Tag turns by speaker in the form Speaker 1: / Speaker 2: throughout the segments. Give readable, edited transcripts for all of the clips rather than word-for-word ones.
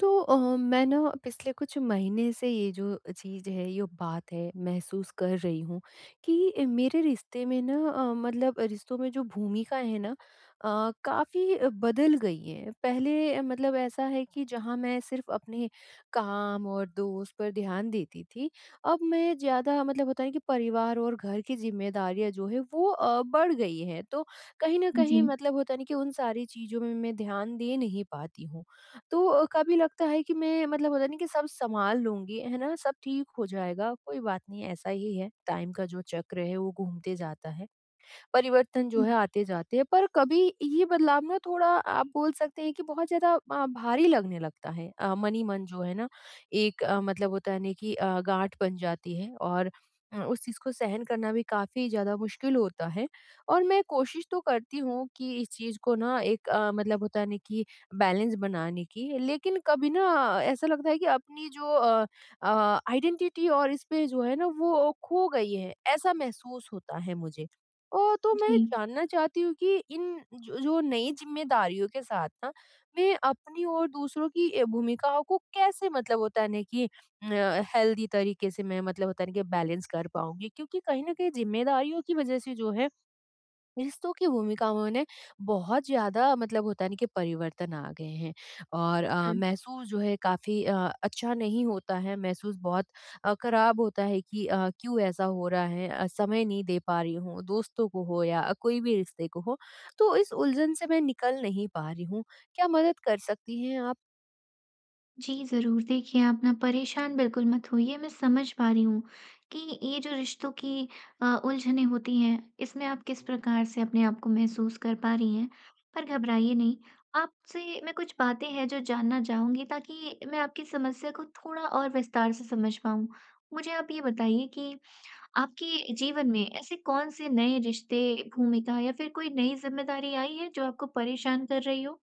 Speaker 1: तो मैं ना पिछले कुछ महीने से ये जो चीज़ है, ये बात है, महसूस कर रही हूँ कि मेरे रिश्ते में ना मतलब रिश्तों में जो भूमिका है ना काफ़ी बदल गई है। पहले मतलब ऐसा है कि जहाँ मैं सिर्फ़ अपने काम और दोस्त पर ध्यान देती थी, अब मैं ज़्यादा मतलब होता है कि परिवार और घर की ज़िम्मेदारियाँ जो है वो बढ़ गई हैं। तो कहीं न
Speaker 2: जी,
Speaker 1: कहीं मतलब होता है ना कि उन सारी चीज़ों में मैं ध्यान दे नहीं पाती हूँ। तो कभी लगता है कि मैं मतलब होता नहीं कि सब संभाल लूँगी, है ना? सब ठीक हो जाएगा, कोई बात नहीं ऐसा ही है, टाइम का जो चक्र है वो घूमते जाता है। परिवर्तन जो
Speaker 2: हुँ।
Speaker 1: है आते-जाते हैं। पर कभी ये बदलाव ना थोड़ा आप बोल सकते हैं कि बहुत ज़्यादा भारी लगने लगता है। मन ही मन जो है ना एक मतलब होता है ना कि गाँठ बन जाती है और उस चीज़ को सहन करना भी काफ़ी ज़्यादा मुश्किल होता है। और मैं कोशिश तो करती हूँ कि इस चीज़ को ना एक मतलब होता है ना कि बैलेंस बनाने की, लेकिन कभी ना ऐसा लगता है कि अपनी जो आइडेंटिटी और इस पे जो है ना वो खो गई है, ऐसा महसूस होता है मुझे। अ, तो मैं
Speaker 2: जी।
Speaker 1: जानना चाहती हूँ कि इन जो जो नई ज़िम्मेदारियों के साथ ना, मैं अपनी और दूसरों की भूमिकाओं को कैसे मतलब होता है ना कि हेल्दी तरीके से मैं मतलब होता है ना कि बैलेंस कर पाऊँगी? क्योंकि कहीं न कहीं ज़िम्मेदारियों की वज़ह से जो है रिश्तों की भूमिकाओं ने बहुत ज़्यादा मतलब होता है ना कि परिवर्तन आ गए हैं और
Speaker 2: हुँ।
Speaker 1: महसूस जो है काफ़ी अच्छा नहीं होता है, महसूस बहुत खराब होता है कि क्यों ऐसा हो रहा है समय नहीं दे पा रही हूँ, दोस्तों को हो या कोई भी रिश्ते को हो। तो इस उलझन से मैं निकल नहीं पा रही हूँ, क्या मदद कर सकती हैं आप?
Speaker 2: जी, ज़रूर। देखिए, आप ना परेशान बिल्कुल मत होइए, मैं समझ पा रही हूँ कि ये जो रिश्तों की उलझनें होती हैं, इसमें आप किस
Speaker 1: हुँ।
Speaker 2: प्रकार से अपने आप को महसूस कर पा रही हैं। पर घबराइए नहीं, आपसे मैं कुछ बातें हैं जो जानना चाहूँगी ताकि मैं आपकी समस्या को थोड़ा और विस्तार से समझ पाऊँ। मुझे आप ये बताइए कि आपके जीवन में ऐसे कौन से नए रिश्ते, भूमिका या फिर कोई नई ज़िम्मेदारी आई है जो आपको परेशान कर रही हो?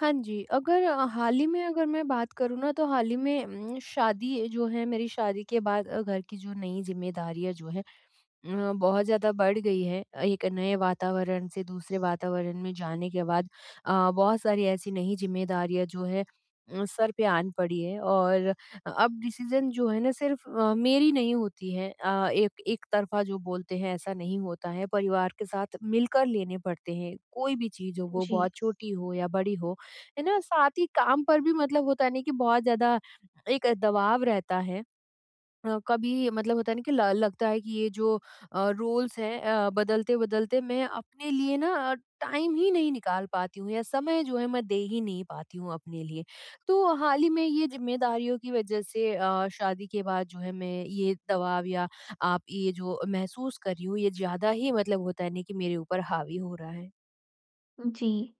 Speaker 1: हाँ जी, अगर हाल ही में अगर मैं बात करूँ ना तो हाल ही में शादी जो है मेरी शादी के बाद घर की जो नई ज़िम्मेदारियाँ जो हैं बहुत ज़्यादा बढ़ गई है। एक नए वातावरण से दूसरे वातावरण में जाने के बाद बहुत सारी ऐसी नई ज़िम्मेदारियाँ जो है सर पे आन पड़ी है और अब डिसीज़न जो है ना सिर्फ़ मेरी नहीं होती है। एक एक तरफ़ा जो बोलते हैं ऐसा नहीं होता है, परिवार के साथ मिलकर लेने पड़ते हैं। कोई भी चीज़ हो वो
Speaker 2: जी।
Speaker 1: बहुत छोटी हो या बड़ी हो, है ना? साथ ही काम पर भी मतलब होता नहीं कि बहुत ज़्यादा एक दबाव रहता है। कभी मतलब होता है ना कि ल लगता है कि ये जो रोल्स हैं बदलते-बदलते मैं अपने लिए ना टाइम ही नहीं निकाल पाती हूँ या समय जो है मैं दे ही नहीं पाती हूँ अपने लिए। तो हाल ही में ये ज़िम्मेदारियों की वजह से शादी के बाद जो है मैं ये दबाव या आप ये जो महसूस कर रही हूँ, ये ज़्यादा ही मतलब होता है ना कि मेरे ऊपर हावी हो रहा है।
Speaker 2: जी।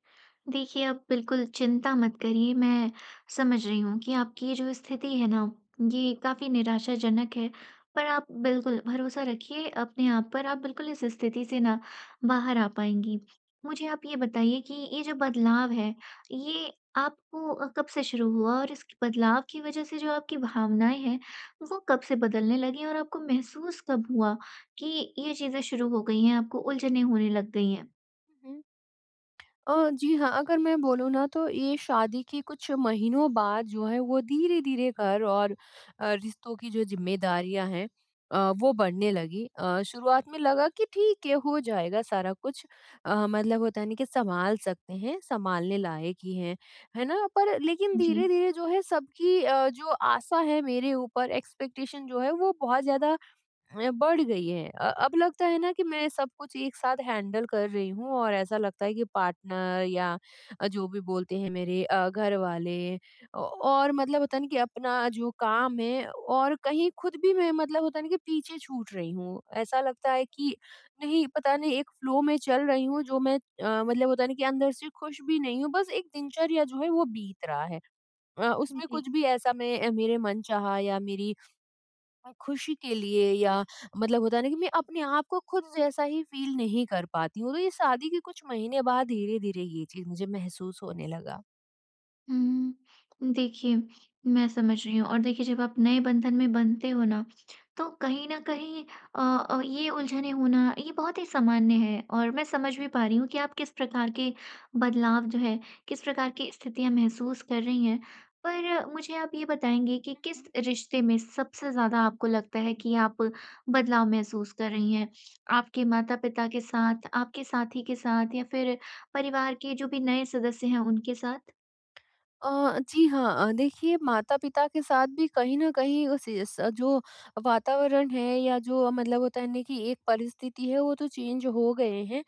Speaker 2: देखिए, आप बिल्कुल चिंता मत करिए, मैं समझ रही हूँ कि आपकी ये जो स्थिति है ना, ये काफ़ी निराशाजनक है। पर आप बिल्कुल भरोसा रखिए अपने आप पर, आप बिल्कुल इस स्थिति से ना बाहर आ पाएँगी। मुझे आप ये बताइए कि ये जो बदलाव है, ये आपको कब से शुरू हुआ और इस बदलाव की वज़ह से जो आपकी भावनाएँ हैं, वो कब से बदलने लगीं और आपको महसूस कब हुआ कि ये चीज़ें शुरू हो गई हैं, आपको उलझनें होने लग गई हैं?
Speaker 1: हुँ। जी हाँ, अगर मैं बोलूँ ना तो ये शादी के कुछ महीनों बाद जो है वो धीरे-धीरे घर और रिश्तों की जो ज़िम्मेदारियाँ हैं वो बढ़ने लगी। शुरुआत में लगा कि ठीक है हो जाएगा सारा कुछ मतलब होता है ना कि सँभाल सकते हैं, सँभालने लायक ही हैं, है ना? पर लेकिन
Speaker 2: जी।
Speaker 1: धीरे-धीरे जो है सबकी जो आशा है मेरे ऊपर एक्सपेक्टेशन जो है वो बहुत ज़्यादा बढ़ गई है अब लगता है ना कि मैं सब कुछ एक साथ हैंडल कर रही हूँ और ऐसा लगता है कि पार्टनर या जो भी बोलते हैं मेरे घर वाले और मतलब होता है ना कि अपना जो काम है और कहीं खुद भी मैं मतलब होता है ना कि पीछे छूट रही हूँ ऐसा लगता है कि नहीं पता नहीं एक फ्लो में चल रही हूँ जो मैं मतलब होता है ना कि अंदर से खुश भी नहीं हूँ बस एक दिनचर्या जो है वो बीत रहा है उसमें
Speaker 2: जी।
Speaker 1: कुछ भी ऐसा मैं मेरे मन चाहा या मेरी खुशी के लिए या मतलब होता है ना कि मैं अपने आप को खुद जैसा ही फील नहीं कर पाती हूँ तो ये शादी के कुछ महीने बाद धीरे-धीरे ये चीज़ मुझे महसूस होने लगा।
Speaker 2: देखिए, मैं समझ रही हूँ। और देखिए, जब आप नए बंधन में बंधते हो ना, तो कहीं न कहीं अ ये उलझनें होना ये बहुत ही सामान्य है और मैं समझ भी पा रही हूँ कि आप किस प्रकार के बदलाव जो है, किस प्रकार की स्थितियाँ महसूस कर रही हैं। पर मुझे आप ये बताएँगे कि किस रिश्ते में सबसे ज़्यादा आपको लगता है कि आप बदलाव महसूस कर रही हैं? आपके माता-पिता के साथ, आपके साथी के साथ या फिर परिवार के जो भी नए सदस्य हैं उनके साथ?
Speaker 1: जी हाँ देखिए माता-पिता के साथ भी कहीं न कहीं उस इस जो वातावरण है या जो मतलब होता है ना कि एक परिस्थिति है वो तो चेंज हो गए हैं।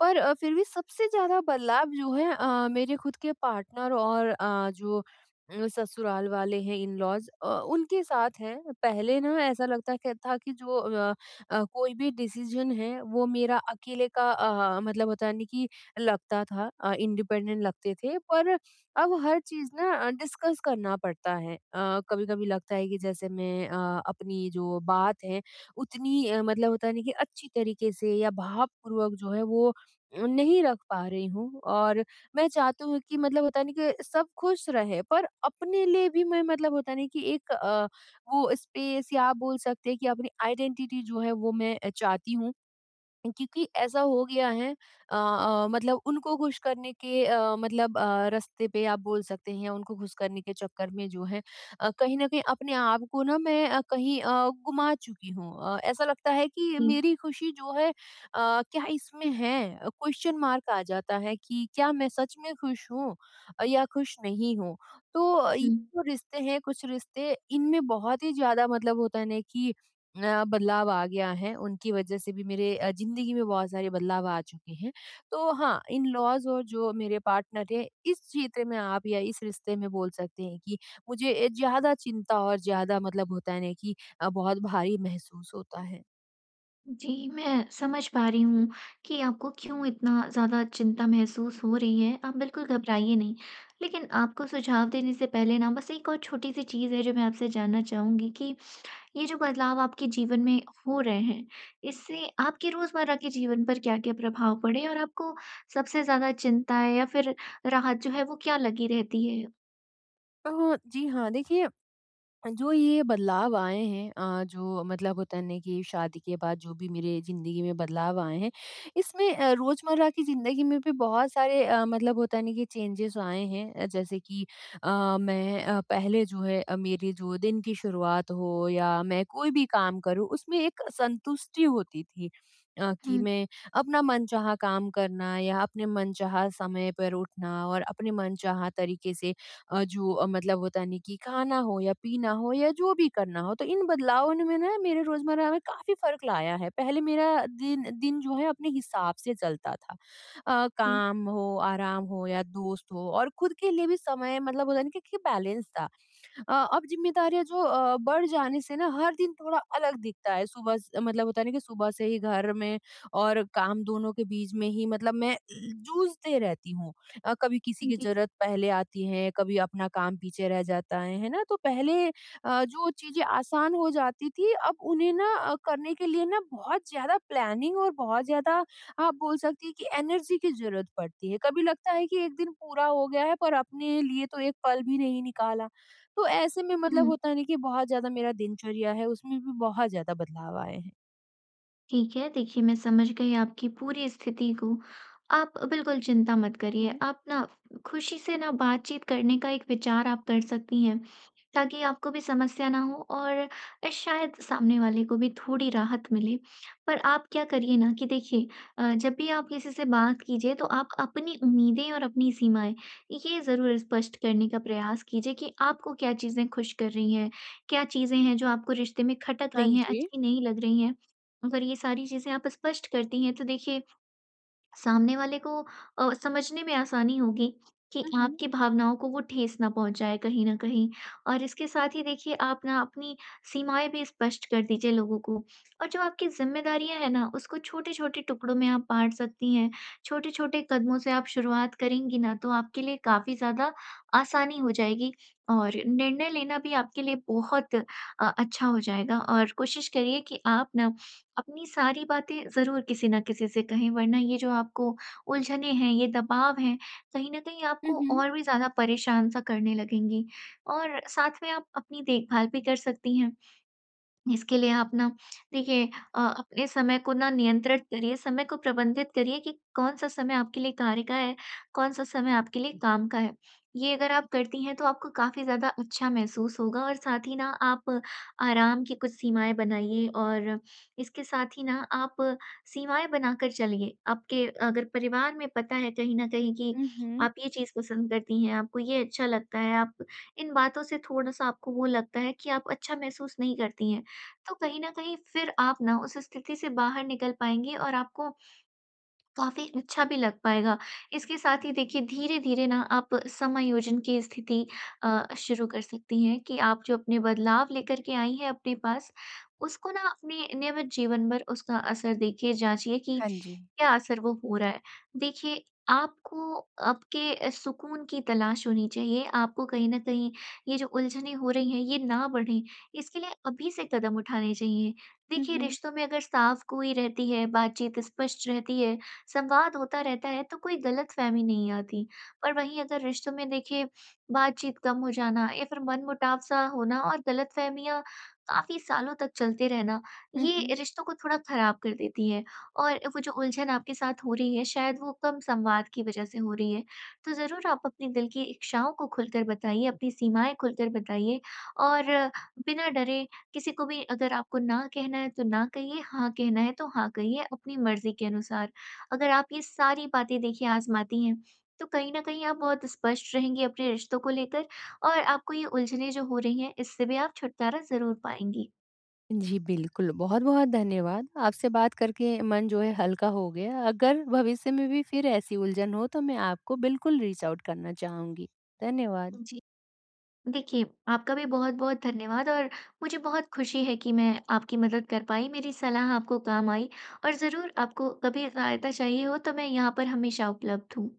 Speaker 1: पर फिर भी सबसे ज़्यादा बदलाव जो है मेरे खुद के पार्टनर और जो ससुराल वाले हैं इन-लॉज़ उनके साथ है। पहले ना ऐसा लगता क था कि जो कोई भी डिसीज़न है वो मेरा अकेले का मतलब होता है ना कि लगता था इंडिपेंडेंट लगते थे पर अब हर चीज़ ना डिस्कस करना पड़ता है। कभी-कभी लगता है कि जैसे मैं अपनी जो बात है उतनी मतलब होता है ना कि अच्छी तरीके से या भावपूर्वक जो है वो नहीं रख पा रही हूँ और मैं चाहती हूँ कि मतलब होता नहीं कि सब खुश रहे पर अपने लिए भी मैं मतलब होता नहीं कि एक वो स्पेस या आप बोल सकते हैं कि अपनी आइडेंटिटी जो है वो मैं चाहती हूँ। क्योंकि ऐसा हो गया है मतलब उनको खुश करने के मतलब रास्ते पे आप बोल सकते हैं उनको खुश करने के चक्कर में जो है कहीं न कहीं अपने आप को ना मैं कहीं गुमा चुकी हूँ। ऐसा लगता है कि
Speaker 2: जी।
Speaker 1: मेरी खुशी जो है क्या इसमें है? क्वेश्चन मार्क आ जाता है कि क्या मैं सच में खुश हूँ या खुश नहीं हूँ? तो
Speaker 2: हुँ।
Speaker 1: ये जो रिश्ते हैं कुछ रिश्ते इनमें बहुत ही ज़्यादा मतलब होता है ना कि बदलाव आ गया है, उनकी वज़ह से भी मेरे ज़िंदगी में बहुत सारे बदलाव आ चुके हैं। तो हाँ, इन-लॉज़ और जो मेरे पार्टनर हैं, इस क्षेत्र में आप या इस रिश्ते में बोल सकते हैं कि मुझे ज़्यादा चिंता और ज़्यादा मतलब होता है ना कि बहुत भारी महसूस होता है।
Speaker 2: जी, मैं समझ पा रही हूँ कि आपको क्यों इतना ज़्यादा चिंता महसूस हो रही है। आप बिल्कुल घबराइए नहीं। लेकिन आपको सुझाव देने से पहले ना बस एक और छोटी-सी चीज़ है जो मैं आपसे जानना चाहूँगी कि ये जो बदलाव आपके जीवन में हो रहे हैं, इससे आपके रोज़मर्रा के जीवन पर क्या-क्या प्रभाव पड़े, और आपको सबसे ज़्यादा चिंता है या फिर राहत जो है वो क्या लगी रहती है?
Speaker 1: जी हाँ, देखिए जो ये बदलाव आए हैं जो मतलब होता है ना कि शादी के बाद जो भी मेरे ज़िंदगी में बदलाव आए हैं, इसमें रोज़मर्रा की ज़िंदगी में भी बहुत सारे मतलब होता है ना कि चेंजेस आए हैं जैसे कि मैं पहले जो है मेरी जो दिन की शुरुआत हो या मैं कोई भी काम करूँ उसमें एक संतुष्टि होती थी। कि
Speaker 2: हुँ,
Speaker 1: मैं अपना मनचाहा काम करना या अपने मनचाहा समय पर उठना और अपने मनचाहा तरीके से जो मतलब होता नहीं कि खाना हो या पीना हो या जो भी करना हो, तो इन बदलावों ने में ना मेरे रोज़मर्रा में काफ़ी फ़र्क लाया है। पहले मेरा दिन दिन जो है अपने हिसाब से चलता था।
Speaker 2: जी,
Speaker 1: काम हो, आराम हो या दोस्त हो और खुद के लिए भी समय मतलब होता है ना कि बैलेंस था। अब जिम्मेदारियाँ जो बढ़ जाने से ना हर दिन थोड़ा अलग दिखता है। सुबह स मतलब होता है ना कि सुबह से ही घर में और काम दोनों के बीच में ही मतलब मैं जूझते रहती हूँ। कभी किसी की
Speaker 2: जी।
Speaker 1: ज़रूरत पहले आती है, कभी अपना काम पीछे रह जाता है ना? तो पहले जो चीज़ें आसान हो जाती थी अब उन्हें ना करने के लिए ना बहुत ज़्यादा प्लानिंग और बहुत ज़्यादा आप बोल सकती हैं कि एनर्जी की ज़रूरत पड़ती है। कभी लगता है कि एक दिन पूरा हो गया है पर अपने लिए तो एक पल भी नहीं निकाला। तो ऐसे में मतलब
Speaker 2: हुँ।
Speaker 1: होता है ना कि बहुत ज़्यादा मेरा दिनचर्या है उसमें भी बहुत ज़्यादा बदलाव आए हैं।
Speaker 2: ठीक है, देखिए, मैं समझ गई आपकी पूरी स्थिति को। आप बिल्कुल चिंता मत
Speaker 1: हुँ,
Speaker 2: करिए,
Speaker 1: हुँ।
Speaker 2: आप ना खुशी से ना बातचीत करने का एक विचार आप कर सकती हैं। ताकि आपको भी समस्या ना हो और शायद सामने वाले को भी थोड़ी राहत मिले। पर आप क्या करिए ना, कि देखिए, जब भी आप किसी से बात कीजिए तो आप अपनी उम्मीदें और अपनी सीमाएँ ये ज़रूर स्पष्ट करने का प्रयास कीजिए कि आपको क्या चीज़ें खुश कर रही हैं, क्या चीज़ें हैं जो आपको रिश्ते में खटक
Speaker 1: हाँ
Speaker 2: रही हैं,
Speaker 1: जी।
Speaker 2: अच्छी नहीं लग रही हैं। अगर ये सारी चीज़ें आप स्पष्ट करती हैं तो देखिए, सामने वाले को समझने में आसानी होगी कि
Speaker 1: हुँ, हुँ।
Speaker 2: आपकी भावनाओं को वो ठेस ना पहुंचाए कहीं ना कहीं। और इसके साथ ही देखिए, आप ना अपनी सीमाएं भी स्पष्ट कर दीजिए लोगों को। और जो आपकी जिम्मेदारियां हैं ना, उसको छोटे छोटे टुकड़ों में आप बांट सकती हैं। छोटे छोटे कदमों से आप शुरुआत करेंगी ना, तो आपके लिए काफी ज्यादा आसानी हो जाएगी और निर्णय लेना भी आपके लिए बहुत अच्छा हो जाएगा। और कोशिश करिए कि आप ना अपनी सारी बातें ज़रूर किसी न किसी से कहें, वरना ये जो आपको उलझनें हैं, ये दबाव है, कहीं न कहीं
Speaker 1: हुँ,
Speaker 2: आपको
Speaker 1: हुँ।
Speaker 2: और भी ज़्यादा परेशान-सा करने लगेंगी। और साथ में आप अपनी देखभाल भी कर सकती हैं। इसके लिए आप ना देखिए, अपने समय को ना नियंत्रित करिए, समय को प्रबंधित करिए कि कौन-सा समय आपके लिए कार्य का है, कौन-सा समय आपके लिए काम का है। ये अगर आप करती हैं तो आपको काफ़ी ज़्यादा अच्छा महसूस होगा, और साथ ही ना आप आराम की कुछ सीमाएँ बनाइए, और इसके साथ ही ना आप सीमाएँ बनाकर चलिए। आपके अगर परिवार में पता है कहीं न कहीं कि
Speaker 1: हुँ।
Speaker 2: आप ये चीज़ पसंद करती हैं, आपको ये अच्छा लगता है, आप इन बातों से थोड़ा-सा आपको वो लगता है कि आप अच्छा महसूस नहीं करती हैं, तो कहीं न कहीं फिर आप ना उस स्थिति से बाहर निकल पाएँगे और आपको काफ़ी अच्छा भी लग पाएगा। इसके साथ ही देखिए, धीरे-धीरे ना आप समायोजन की स्थिति शुरू कर सकती हैं कि आप जो अपने बदलाव लेकर के आई हैं अपने पास, उसको ना अपने नियमित जीवन पर उसका असर देखिए, जाँचिए कि
Speaker 1: हाँ जी।
Speaker 2: क्या असर वो हो रहा है। देखिए, आपको आपके सुकून की तलाश होनी चाहिए, आपको कहीं न कहीं ये जो उलझनें हो रही हैं ये ना बढ़ें, इसके लिए अभी से कदम उठाने चाहिए।
Speaker 1: हुँ,
Speaker 2: देखिए,
Speaker 1: हुँ।
Speaker 2: रिश्तों में अगर साफ गोई रहती है, बातचीत स्पष्ट रहती है, संवाद होता रहता है, तो कोई गलतफ़हमी नहीं आती। पर वहीं अगर रिश्तों में देखिए, बातचीत कम हो जाना या फिर मनमुटाव सा होना और गलतफ़हमियाँ काफ़ी सालों तक चलते रहना,
Speaker 1: हुँ,
Speaker 2: ये
Speaker 1: हुँ।
Speaker 2: रिश्तों को थोड़ा ख़राब कर देती है। और वो जो उलझन आपके साथ हो रही है शायद वो कम संवाद की वज़ह से हो रही है। तो ज़रूर आप अपने दिल की इच्छाओं को खुलकर बताइए, अपनी सीमाएँ खुलकर बताइए, और बिना डरे किसी को भी अगर आपको ना कहना है तो ना कहिए, हाँ कहना है तो हाँ कहिए अपनी मर्ज़ी के अनुसार। अगर आप ये सारी बातें देखिए आज़माती हैं, तो कहीं न कहीं आप बहुत स्पष्ट रहेंगी अपने रिश्तों को लेकर और आपको ये उलझनें जो हो रही हैं, इससे भी आप छुटकारा ज़रूर पाएँगी।
Speaker 1: जी, बिल्कुल, बहुत-बहुत धन्यवाद। आपसे बात करके मन जो है हल्का हो गया। अगर भविष्य में भी फिर ऐसी उलझन हो तो मैं आपको बिल्कुल रीच आउट करना चाहूँगी। धन्यवाद।
Speaker 2: जी। देखिए, आपका भी बहुत-बहुत धन्यवाद। और मुझे बहुत खुशी है कि मैं आपकी मदद कर पाई, मेरी सलाह आपको काम आई। और ज़रूर आपको कभी सहायता चाहिए हो, तो मैं यहाँ पर हमेशा उपलब्ध हूँ।